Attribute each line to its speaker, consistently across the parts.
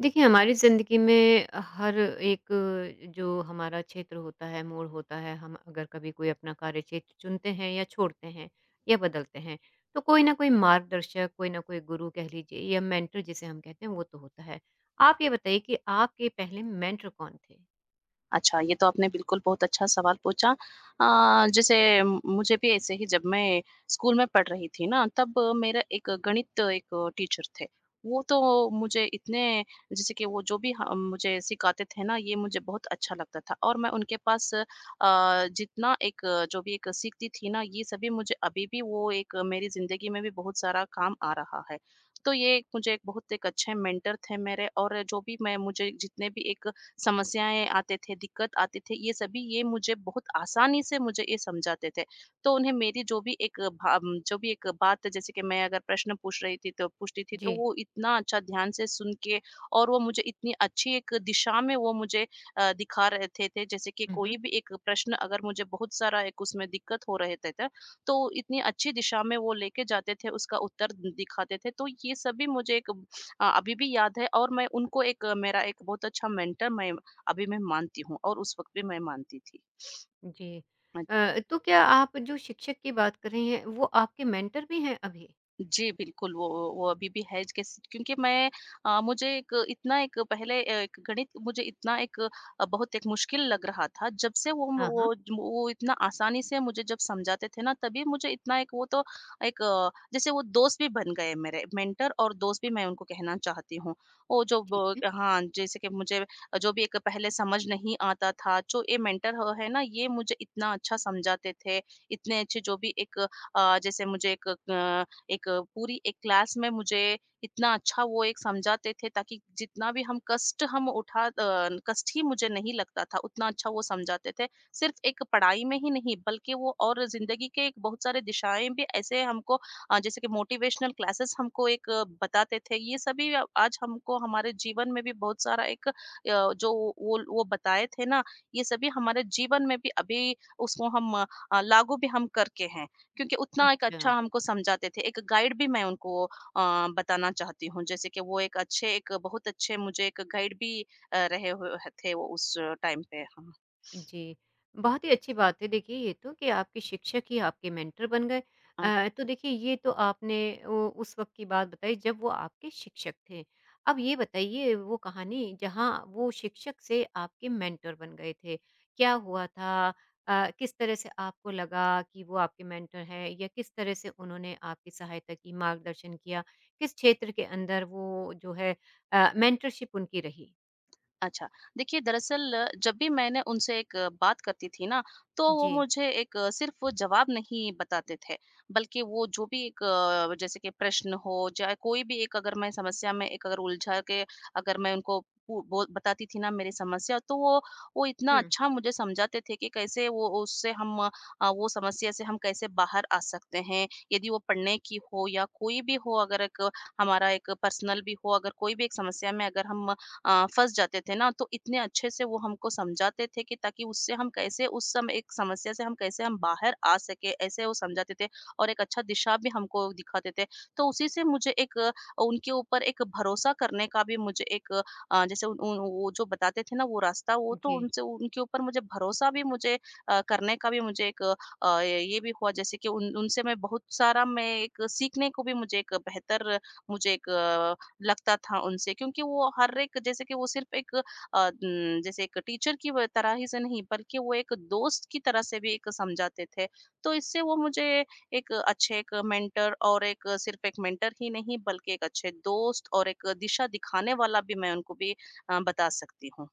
Speaker 1: देखिए, हमारी ज़िंदगी में हर एक जो हमारा क्षेत्र होता है, मोड़ होता है, हम अगर कभी कोई अपना कार्यक्षेत्र चुनते हैं या छोड़ते हैं या बदलते हैं, तो कोई ना कोई मार्गदर्शक, कोई ना कोई गुरु कह लीजिए या मेंटर जिसे हम कहते हैं, वो तो होता है। आप ये बताइए कि आपके पहले मेंटर कौन थे?
Speaker 2: अच्छा, ये तो आपने बिल्कुल बहुत अच्छा सवाल पूछा। जैसे मुझे भी ऐसे ही, जब मैं स्कूल में पढ़ रही थी ना, तब मेरा एक गणित एक टीचर थे। वो तो मुझे इतने, जैसे कि वो जो भी ह मुझे सिखाते थे ना, ये मुझे बहुत अच्छा लगता था। और मैं उनके पास जितना एक जो भी एक सीखती थी ना, ये सभी मुझे अभी भी, वो एक मेरी ज़िंदगी में भी बहुत सारा काम आ रहा है। तो ये एक मुझे एक बहुत एक अच्छे मेंटर थे मेरे। और जो भी मैं मुझे जितने भी एक समस्याएँ आते थे, दिक्कत आते थे, ये सभी ये मुझे बहुत आसानी से मुझे ये समझाते थे। तो उन्हें मेरी जो भी एक जो भी एक बात, जैसे कि मैं अगर प्रश्न पूछ रही थी तो पूछती थी, तो
Speaker 1: जी।
Speaker 2: वो इतना अच्छा ध्यान से सुन के और वो मुझे इतनी अच्छी एक दिशा में वो मुझे दिखा रहे थे। जैसे कि
Speaker 1: हुँ, हुँ।
Speaker 2: कोई भी एक प्रश्न अगर मुझे बहुत सारा एक उसमें दिक्कत हो रहे थे, तो इतनी अच्छी दिशा में वो लेके जाते थे, उसका उत्तर दिखाते थे। तो ये सभी मुझे एक अभी भी याद है। और मैं उनको एक मेरा एक बहुत अच्छा मेंटर मैं अभी मैं मानती हूँ, और उस वक़्त भी मैं मानती थी।
Speaker 1: जी।
Speaker 2: हाँ जी।
Speaker 1: तो क्या आप जो शिक्षक की बात कर रही हैं, वो आपके मेंटर भी हैं अभी?
Speaker 2: जी, बिल्कुल, वो अभी भी है, ज कैस क्योंकि मैं मुझे एक इतना एक पहले एक गणित मुझे इतना एक बहुत एक मुश्किल लग रहा था। जब से वो म
Speaker 1: हाँ,
Speaker 2: वो
Speaker 1: हाँ।
Speaker 2: ज वो इतना आसानी से मुझे जब समझाते थे ना, तभी मुझे इतना एक वो तो एक जैसे वो दोस्त भी बन गए मेरे। मेंटर और दोस्त भी मैं उनको कहना चाहती हूँ। वो जो
Speaker 1: ठीक
Speaker 2: ब
Speaker 1: है।
Speaker 2: हाँ, जैसे कि मुझे जो भी एक पहले समझ नहीं आता था, जो ये मेंटर ह है ना, ये मुझे इतना अच्छा समझाते थे। इतने अच्छे जो भी एक जैसे मुझे एक एक पूरी एक क्लास में मुझे इतना अच्छा वो एक समझाते थे, ताकि जितना भी हम कष्ट हम उठा अ, कष्ट ही मुझे नहीं लगता था, उतना अच्छा वो समझाते थे। सिर्फ़ एक पढ़ाई में ही नहीं, बल्कि वो और ज़िंदगी के एक बहुत सारे दिशाएँ भी ऐसे हमको जैसे कि मोटिवेशनल क्लासेस हमको एक बताते थे। ये सभी आज हमको हमारे जीवन में भी बहुत सारा एक जो वो बताए थे ना, ये सभी हमारे जीवन में भी अभी उसको हम लागू भी हम करके हैं। क्योंकि उतना एक
Speaker 1: अच्छा।
Speaker 2: अच्छा हमको समझाते थे। एक गाइड भी मैं उनको बताना चाहती हूँ, जैसे कि वो एक अच्छे एक बहुत अच्छे मुझे एक गाइड भी रहे हुए ह थे वो उस टाइम पे। हाँ।
Speaker 1: जी, बहुत ही अच्छी बात है देखिए ये तो कि आपके शिक्षक ही आपके मेंटर बन गए।
Speaker 2: अ
Speaker 1: तो देखिए ये तो आपने वो उस वक़्त की बात बताई जब वो आपके शिक्षक थे। अब ये बताइए वो कहानी जहाँ वो शिक्षक से आपके मेंटर बन गए थे, क्या हुआ था? किस तरह से आपको लगा कि वो आपके मेंटर हैं या किस तरह से उन्होंने आपकी सहायता की, मार्गदर्शन किया? किस क्षेत्र के अंदर वो जो है मेंटरशिप उनकी रही?
Speaker 2: अच्छा, देखिए दरअसल जब भी मैंने उनसे एक बात करती थी ना, तो वो
Speaker 1: जी।
Speaker 2: मुझे एक सिर्फ़ वो जवाब नहीं बताते थे, बल्कि वो जो भी एक जैसे कि प्रश्न हो, चाहे कोई भी एक, अगर मैं समस्या में एक अगर उलझा के अगर मैं उनको पू बो बताती थी ना मेरी समस्या, तो वो इतना
Speaker 1: हुँ,
Speaker 2: अच्छा मुझे समझाते थे कि कैसे वो उससे हम वो समस्या से हम कैसे बाहर आ सकते हैं। यदि वो पढ़ने की हो या कोई भी हो, अगर एक हमारा एक पर्सनल भी हो, अगर कोई भी एक समस्या में अगर हम फँस जाते थे ना, तो इतने अच्छे से वो हमको समझाते थे कि ताकि उससे हम कैसे उस समय एक समस्या से हम कैसे हम बाहर आ सकें, ऐसे वो समझाते थे और एक अच्छा दिशा भी हमको दिखाते थे। तो उसी से मुझे एक उनके ऊपर एक भरोसा करने का भी मुझे एक जैसे उन उन वो जो बताते थे ना वो रास्ता, वो तो
Speaker 1: जी।
Speaker 2: उनसे उनके ऊपर मुझे भरोसा भी मुझे करने का भी मुझे एक ये भी हुआ। जैसे कि उन उनसे मैं बहुत सारा मैं एक सीखने को भी मुझे एक बेहतर मुझे एक लगता था उनसे, क्योंकि वो हर एक जैसे कि वो सिर्फ़ एक जैसे एक टीचर की व तरह ही से नहीं, बल्कि वो एक दोस्त की तरह से भी एक समझाते थे। तो इससे वो मुझे एक अच्छे एक मेंटर, और एक सिर्फ़ एक मेंटर ही नहीं बल्कि एक अच्छे दोस्त और एक दिशा दिखाने वाला भी मैं उनको भी बता सकती हूँ।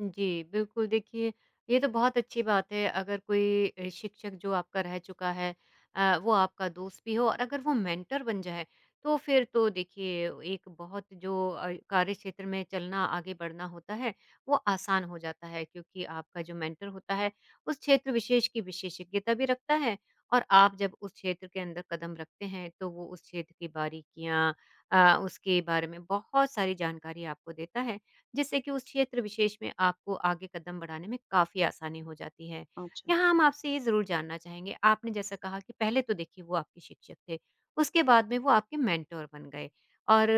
Speaker 1: जी, बिल्कुल देखिए, ये तो बहुत अच्छी बात है अगर कोई शिक्षक जो आपका रह चुका है, वो आपका दोस्त भी हो और अगर वो मेंटर बन जाए, तो फिर तो देखिए एक बहुत जो कार्यक्षेत्र में चलना, आगे बढ़ना होता है, वो आसान हो जाता है क्योंकि आपका जो मेंटर होता है, उस क्षेत्र विशेष की विशेषज्ञता भी रखता है और आप जब उस क्षेत्र के अंदर कदम रखते हैं, तो वो उस क्षेत्र की बारीकियाँ उसके बारे में बहुत सारी जानकारी आपको देता है। जिससे कि उस क्षेत्र विशेष में आपको आगे कदम बढ़ाने में काफ़ी आसानी हो जाती है।
Speaker 2: अच्छा।
Speaker 1: यहाँ हम आपसे ये ज़रूर जानना चाहेंगे, आपने जैसा कहा कि पहले तो देखिए वो आपके शिक्षक थे, उसके बाद में वो आपके मेंटर बन गए और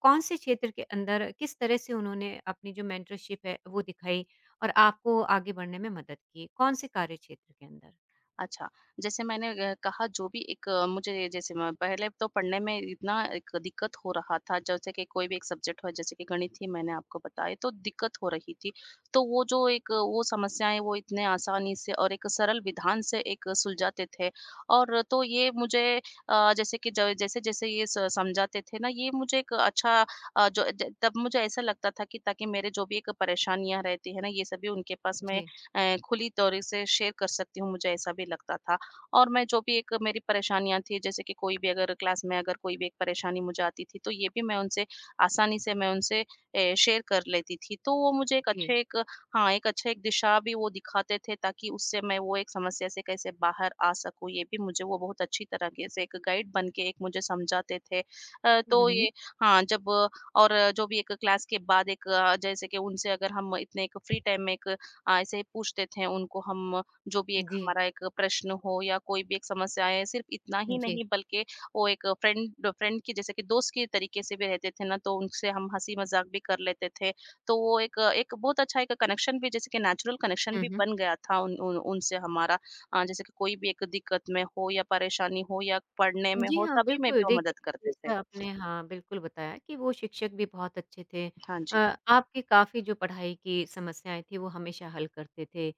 Speaker 1: कौन-से क्षेत्र के अंदर किस तरह से उन्होंने अपनी जो मेंटरशिप है वो दिखाई और आपको आगे बढ़ने में मदद की? कौन-से कार्यक्षेत्र के अंदर?
Speaker 2: अच्छा, जैसे मैंने कहा, जो भी एक मुझे, जैसे मैं पहले तो पढ़ने में इतना एक दिक्कत हो रहा था, जैसे कि कोई भी एक सब्जेक्ट हो, जैसे कि गणित ही मैंने आपको बताया, तो दिक्कत हो रही थी। तो वो जो एक वो समस्याएँ वो इतने आसानी से और एक सरल विधान से एक सुलझाते थे। और तो ये मुझे जैसे कि ज जैसे-जैसे ये स समझाते थे ना, ये मुझे एक अच्छा जो ज तब मुझे ऐसा लगता था कि ताकि मेरे जो भी एक परेशानियाँ रहती है ना, ये सभी उनके पास मैं
Speaker 1: जी,
Speaker 2: खुली तौर से शेयर कर सकती हूँ, मुझे ऐसा भी लगता था। और मैं जो भी एक मेरी परेशानियाँ थी, जैसे कि कोई भी अगर क्लास में अगर कोई भी एक परेशानी मुझे आती थी, तो ये भी मैं उनसे आसानी से मैं उनसे शेयर कर लेती थी। तो वो मुझे एक
Speaker 1: जी।
Speaker 2: अच्छे एक, हाँ, एक अच्छे एक दिशा भी वो दिखाते थे, ताकि उससे मैं वो एक समस्या से कैसे बाहर आ सकूँ, ये भी मुझे वो बहुत अच्छी तरीके से एक गाइड बन के एक मुझे समझाते थे।
Speaker 1: हुँ,
Speaker 2: तो
Speaker 1: हुँ।
Speaker 2: ये, हाँ, जब और जो भी एक क्लास के बाद एक जैसे कि उनसे अगर हम इतने एक फ्री टाइम में एक ऐसे ही पूछते थे उनको हम जो भी एक
Speaker 1: जी,
Speaker 2: हमारा एक प्रश्न हो या कोई भी एक समस्या आए, सिर्फ़ इतना ही
Speaker 1: जी।
Speaker 2: नहीं, बल्कि वो एक फ्रेंड फ्रेंड की जैसे कि दोस्त के तरीके से भी रहते थे ना, तो उनसे हम हँसी-मज़ाक भी कर लेते थे। तो वो एक एक बहुत अच्छा एक कनेक्शन भी, जैसे कि नेचुरल कनेक्शन
Speaker 1: हुँ,
Speaker 2: भी
Speaker 1: हुँ।
Speaker 2: बन गया था उन उन उनसे हमारा। जैसे कि कोई भी एक दिक्कत में हो या परेशानी हो या पढ़ने में
Speaker 1: जी
Speaker 2: हो,
Speaker 1: हाँ,
Speaker 2: सभी में
Speaker 1: बिल्कुल।
Speaker 2: भी वो
Speaker 1: देखिए,
Speaker 2: मदद करते थे।
Speaker 1: जैसा आपने हाँ, बिल्कुल बताया कि वो शिक्षक भी बहुत अच्छे थे।
Speaker 2: हाँ जी।
Speaker 1: अ, आपकी काफ़ी जो पढ़ाई की समस्याएँ थी, वो हमेशा हल करते थे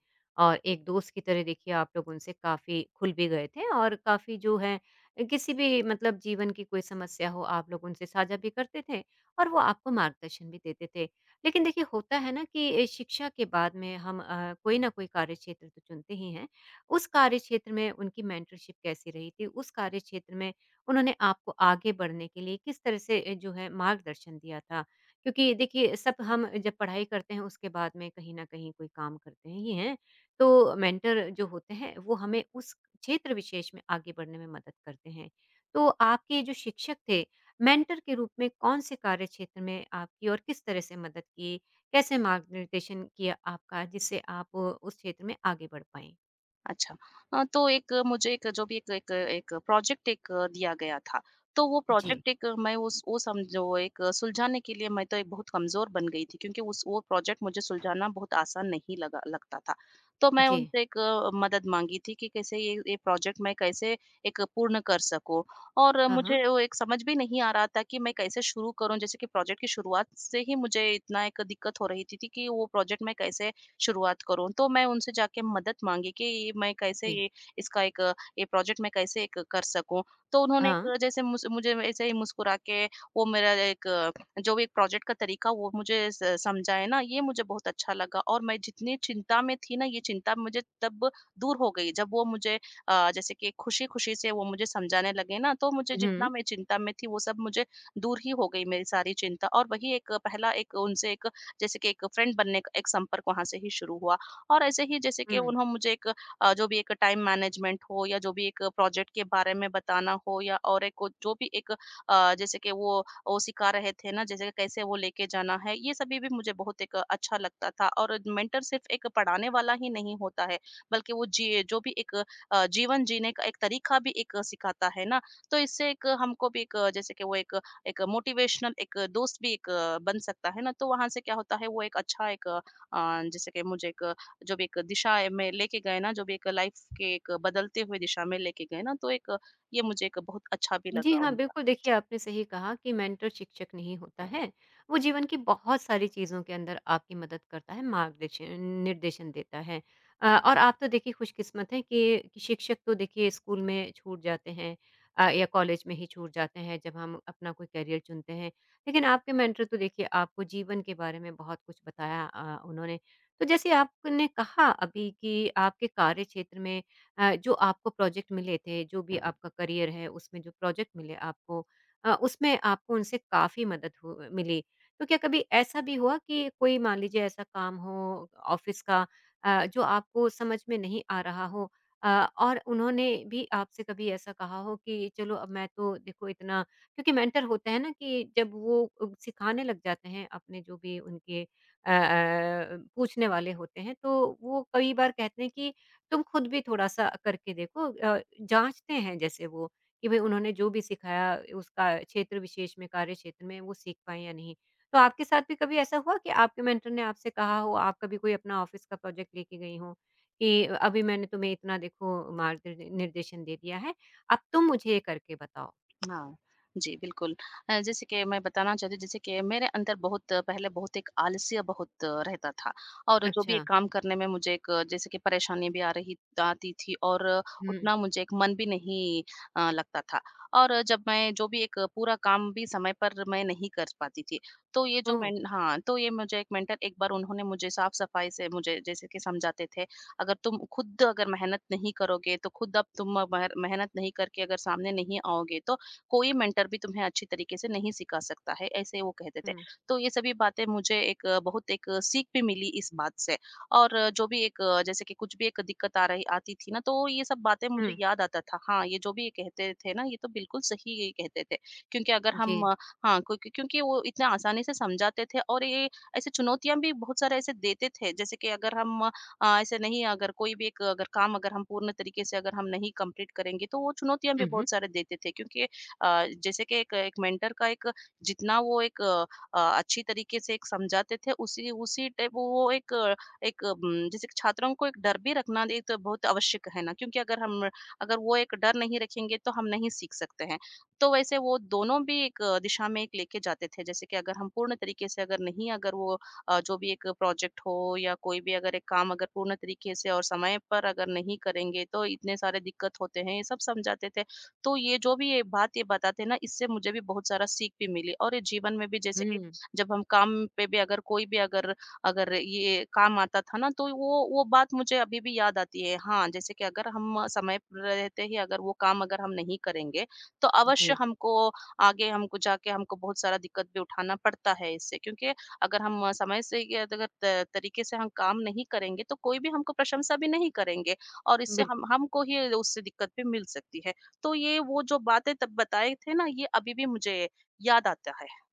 Speaker 1: और एक दोस्त की तरह देखिए आप लोग उनसे काफ़ी खुल भी गए थे और काफ़ी जो है किसी भी मतलब जीवन की कोई समस्या हो, आप लोग उनसे साझा भी करते थे और वो आपको मार्गदर्शन भी देते थे। लेकिन देखिए, होता है ना कि शिक्षा के बाद में हम कोई ना कोई कार्यक्षेत्र तो चुनते ही हैं। उस कार्यक्षेत्र में उनकी मेंटरशिप कैसी रही थी? उस कार्यक्षेत्र में उन्होंने आपको आगे बढ़ने के लिए किस तरह से जो है मार्गदर्शन दिया था? क्योंकि देखिए सब हम जब पढ़ाई करते हैं उसके बाद में कहीं न कहीं कोई काम करते हैं, ये हैं। तो मेंटर जो होते हैं वो हमें उस क्षेत्र विशेष में आगे बढ़ने में मदद करते हैं। तो आपके जो शिक्षक थे, मेंटर के रूप में कौन-से कार्यक्षेत्र में आपकी और किस तरह से मदद की? कैसे मार्गनिर्देशन किया आपका जिससे आप उस क्षेत्र में आगे बढ़ पाएँ?
Speaker 2: अच्छा। तो एक मुझे एक जो भी एक एक एक प्रोजेक्ट एक दिया गया था, तो वो
Speaker 1: जी।
Speaker 2: प्रोजेक्ट एक मैं उस वो समझो एक सुलझाने के लिए मैं तो एक बहुत कमज़ोर बन गई थी, क्योंकि उस वो प्रोजेक्ट मुझे सुलझाना बहुत आसान नहीं लगा लगता था। तो मैं
Speaker 1: जी।
Speaker 2: उनसे एक मदद माँगी थी कि कैसे ये प्रोजेक्ट मैं कैसे एक पूर्ण कर सकूँ, और
Speaker 1: हाँ, हाँ।
Speaker 2: मुझे वो एक समझ भी नहीं आ रहा था कि मैं कैसे शुरू करूँ? जैसे कि प्रोजेक्ट की शुरुआत से ही मुझे इतना एक दिक्कत हो रही थी कि वो प्रोजेक्ट मैं कैसे शुरुआत करूँ। तो मैं उनसे जाके मदद माँगी कि ये मैं कैसे
Speaker 1: जी।
Speaker 2: ये इसका एक ये प्रोजेक्ट मैं कैसे एक कर सकूँ। तो उन्होंने
Speaker 1: हाँ।
Speaker 2: एक, जैसे मुझे ऐसे ही मुस्कुरा के वो मेरा एक जो भी एक प्रोजेक्ट का तरीका वो मुझे स समझाए ना, ये मुझे बहुत अच्छा लगा। और मैं जितनी चिंता में थी ना, ये चिंता मुझे तब दूर हो गई, जब वो मुझे जैसे कि खुशी-खुशी से वो मुझे समझाने लगे ना, तो मुझे
Speaker 1: हुँ।
Speaker 2: जितना मैं चिंता में थी वो सब मुझे दूर ही हो गई मेरी सारी चिंता। और वही एक पहला एक उनसे एक, जैसे कि एक फ्रेंड बनने का एक संपर्क वहाँ से ही शुरू हुआ। और ऐसे ही, जैसे कि
Speaker 1: हुँ।
Speaker 2: उन्हों मुझे एक जो भी एक टाइम मैनेजमेंट हो या जो भी एक प्रोजेक्ट के बारे में बताना हो या और एक जो भी एक जैसे कि वो सिखा रहे थे ना, जैसे कैसे वो लेके जाना है, ये सभी भी मुझे बहुत एक अच्छा लगता था। और मेंटर सिर्फ एक पढ़ाने वाला ही नहीं होता है, बल्कि वो जी जो भी एक जीवन जीने का एक तरीका भी एक सिखाता है ना। तो इससे एक हमको भी एक, जैसे कि वो एक एक मोटिवेशनल एक दोस्त भी एक बन सकता है ना, तो वहाँ से क्या होता है, वो एक अच्छा एक जैसे कि मुझे एक जो भी एक दिशा है में लेके गए ना, जो भी एक लाइफ़ के एक बदलते हुए दिशा में लेके गए ना, तो एक ये मुझे एक बहुत अच्छा भी
Speaker 1: जी
Speaker 2: लगा
Speaker 1: हाँ,
Speaker 2: उनका।
Speaker 1: बिल्कुल देखिए आपने सही कहा कि मेंटर शिक्षक नहीं होता है, वो जीवन की बहुत सारी चीज़ों के अंदर आपकी मदद करता है, मार्गदर्शन निर्देशन देता है। और आप तो देखिए खुशकिस्मत हैं कि शिक्षक तो देखिए स्कूल में छूट जाते हैं या कॉलेज में ही छूट जाते हैं जब हम अपना कोई करियर चुनते हैं। लेकिन आपके मेंटर तो देखिए आपको जीवन के बारे में बहुत कुछ बताया उन्होंने। तो जैसे आपने कहा अभी कि आपके कार्यक्षेत्र में जो आपको प्रोजेक्ट मिले थे, जो भी आपका करियर है उसमें जो प्रोजेक्ट मिले आपको उसमें आपको उनसे काफ़ी मदद हु मिली। तो क्या कभी ऐसा भी हुआ कि कोई मान लीजिए ऐसा काम हो ऑफ़िस का, जो आपको समझ में नहीं आ रहा हो, अ, और उन्होंने भी आपसे कभी ऐसा कहा हो कि चलो अब मैं तो देखो इतना क्योंकि मेंटर होते हैं ना कि जब वो सिखाने लग जाते हैं अपने जो भी उनके पूछने वाले होते हैं, तो वो कई बार कहते हैं कि तुम खुद भी थोड़ा-सा करके देखो, जाँचते हैं जैसे वो कि भई उन्होंने जो भी सिखाया उसका क्षेत्र विशेष में, कार्य क्षेत्र में वो सीख पाएँ या नहीं। तो आपके साथ भी कभी ऐसा हुआ कि आपके मेंटर ने आपसे कहा हो, आप कभी कोई अपना ऑफ़िस का प्रोजेक्ट लेके गई हों कि अभी मैंने तुम्हें इतना देखो मार्गदर् निर्देशन दे दिया है, अब तुम मुझे ये करके बताओ?
Speaker 2: हाँ, जी, बिल्कुल। जैसे कि मैं बताना चाहती हूँ, जैसे कि मेरे अंदर बहुत पहले बहुत एक आलस्य बहुत रहता था। और जो भी
Speaker 1: अच्छा।
Speaker 2: एक काम करने में मुझे एक जैसे कि परेशानी भी आ रही आती थी। और
Speaker 1: हुँ।
Speaker 2: उतना मुझे एक मन भी नहीं लगता था। और जब मैं जो भी एक पूरा काम भी समय पर मैं नहीं कर पाती थी। तो ये
Speaker 1: ओह!
Speaker 2: तो ये मुझे एक मेंटर एक बार उन्होंने मुझे साफ-सफाई से मुझे जैसे कि समझाते थे, "अगर तुम खुद अगर मेहनत नहीं करोगे, तो खुद अब तुम मर मेहनत नहीं करके अगर सामने नहीं आओगे, तो कोई मेंटर भी तुम्हें अच्छी तरीके से नहीं सिखा सकता है", ऐसे वो कहते थे।
Speaker 1: हुँ,
Speaker 2: तो ये सभी बातें मुझे एक बहुत एक सीख भी मिली इस बात से। और जो भी एक जैसे कि कुछ भी एक दिक्कत आ रही आती थी ना, तो ये सब बातें मुझे
Speaker 1: हुँ।
Speaker 2: याद आता था। हाँ, ये जो भी ये कहते थे ना, ये तो बिल्कुल सही ये कहते थे, क्योंकि अगर हम
Speaker 1: जी।
Speaker 2: हाँ, क्योंकि क्योंकि वो इतने आसानी से समझाते थे। और ये ऐसे चुनौतियाँ भी बहुत सारे ऐसे देते थे, जैसे कि अगर हम ऐसे नहीं, अगर कोई भी एक अगर काम अगर हम पूर्ण तरीके से अगर हम नहीं कंप्लीट करेंगे, तो वो चुनौतियाँ भी
Speaker 1: हुँ, हुँ।
Speaker 2: बहुत सारे देते थे, क्योंकि जैसे कि एक एक मेंटर का एक जितना वो एक अच्छी तरीके से एक समझाते थे, उसी उसी टाइप वो एक एक जैसे कि छात्रों को एक डर भी रखना एक तो बहुत आवश्यक है ना, क्योंकि अगर हम अगर वो एक डर नहीं रखेंगे तो हम नहीं सीख सकते हैं। तो वैसे वो दोनों भी एक दिशा में एक लेके जाते थे, जैसे कि अगर हम पूर्ण तरीके से अगर नहीं अगर वो जो भी एक प्रोजेक्ट हो या कोई भी अगर एक काम अगर पूर्ण तरीके से और समय पर अगर नहीं करेंगे तो इतने सारे दिक्कत होते हैं, ये सब समझाते थे। तो ये जो भी ये बात ये बताते हैं ना, इससे मुझे भी बहुत सारा सीख भी मिली। और ये जीवन में भी जैसे कि
Speaker 1: हुँ,
Speaker 2: जब हम काम पे भी अगर कोई भी अगर अगर ये काम आता था ना, तो वो बात मुझे अभी भी याद आती है। हाँ, जैसे कि अगर हम समय पर रहते ही अगर वो काम अगर हम नहीं करेंगे, तो अवश्य
Speaker 1: जी,
Speaker 2: हमको आगे हमको जाके हमको बहुत सारा दिक्कत भी उठाना पड़ता है इससे, क्योंकि अगर हम समय से ये अगर त तरीके से हम काम नहीं करेंगे, तो कोई भी हमको प्रशंसा भी नहीं करेंगे और इससे
Speaker 1: बिल्कुल।
Speaker 2: हम हमको ही उससे दिक्कत भी मिल सकती है। तो ये वो जो बातें तब बताए थे ना, ये अभी भी मुझे याद आता है।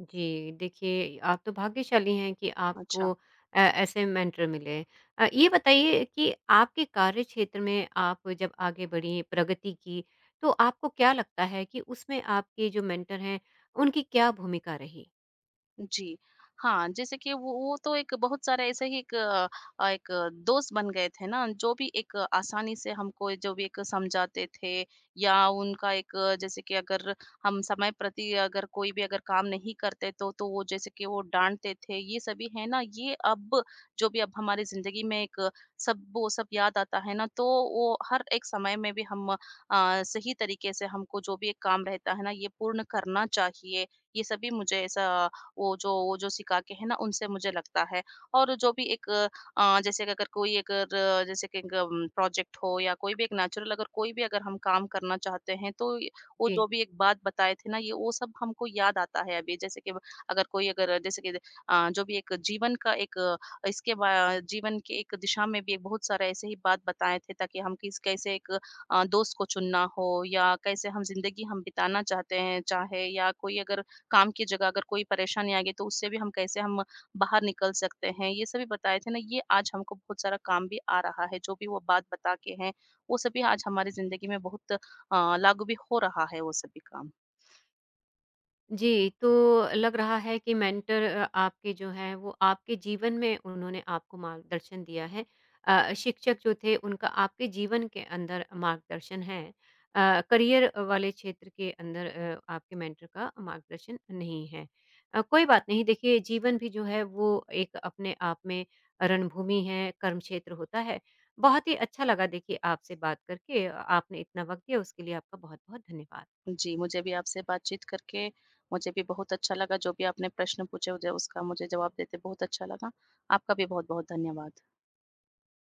Speaker 1: जी, देखिए आप तो भाग्यशाली हैं कि
Speaker 2: अच्छा।
Speaker 1: आपको ऐसे मेंटर मिले। ये बताइए कि आपके कार्य क्षेत्र में आप जब आगे बढ़ी, प्रगति की, तो आपको क्या लगता है कि उसमें आपके जो मेंटर हैं, उनकी क्या भूमिका रही?
Speaker 2: जी। हाँ, जैसे कि वो तो एक बहुत सारे ऐसे ही एक एक दोस्त बन गए थे ना, जो भी एक आसानी से हमको जो भी एक समझाते थे, या उनका एक जैसे कि अगर हम समय प्रति अगर कोई भी अगर काम नहीं करते तो वो जैसे कि वो डाँटते थे, ये सभी है ना। ये अब जो भी अब हमारी ज़िंदगी में एक सब वो सब याद आता है ना, तो वो हर एक समय में भी हम सही तरीके से हमको जो भी एक काम रहता है ना, ये पूर्ण करना चाहिए। ये सभी मुझे ऐसा वो जो सिखा के है ना, उनसे मुझे लगता है। और जो भी एक जैसे कि अगर कोई अगर जैसे कि एक प्रोजेक्ट हो या कोई भी एक नेचुरल अगर कोई भी अगर हम काम करना चाहते हैं, तो ये वो
Speaker 1: जी।
Speaker 2: जो भी एक बात बताए थे ना, ये वो सब हमको याद आता है अभी। जैसे कि अगर कोई अगर जैसे कि जो भी एक जीवन का एक इसके बा जीवन के एक दिशा में भी एक बहुत सारे ऐसे ही बात बताए थे, ताकि हम किस कैसे एक दोस्त को चुनना हो या कैसे हम ज़िंदगी हम बिताना चाहते हैं, चाहे, या कोई अगर काम की जगह अगर कोई परेशानी आ गई तो उससे भी हम कैसे हम बाहर निकल सकते हैं, ये सभी बताए थे ना। ये आज हमको बहुत सारा काम भी आ रहा है, जो भी वो बात बता के हैं, वो सभी आज हमारी ज़िंदगी में बहुत लागू भी हो रहा है वो सभी काम।
Speaker 1: जी, तो लग रहा है कि मेंटर आपके जो हैं वो आपके जीवन में उन्होंने आपको मार्गदर्शन दिया है। शिक्षक जो थे उनका आपके जीवन के अंदर मार्गदर्शन है। करियर वाले क्षेत्र के अंदर आपके मेंटर का मार्गदर्शन नहीं है। कोई बात नहीं देखिए जीवन भी जो है वो एक अपने आप में रणभूमि है, कर्म क्षेत्र होता है। बहुत ही अच्छा लगा देखिए आपसे बात करके। आपने इतना वक़्त दिया उसके लिए आपका बहुत-बहुत धन्यवाद।
Speaker 2: जी, मुझे भी आपसे बातचीत करके मुझे भी बहुत अच्छा लगा, जो भी आपने प्रश्न पूछे मुझे उसका मुझे जवाब देते बहुत अच्छा लगा। आपका भी बहुत-बहुत धन्यवाद।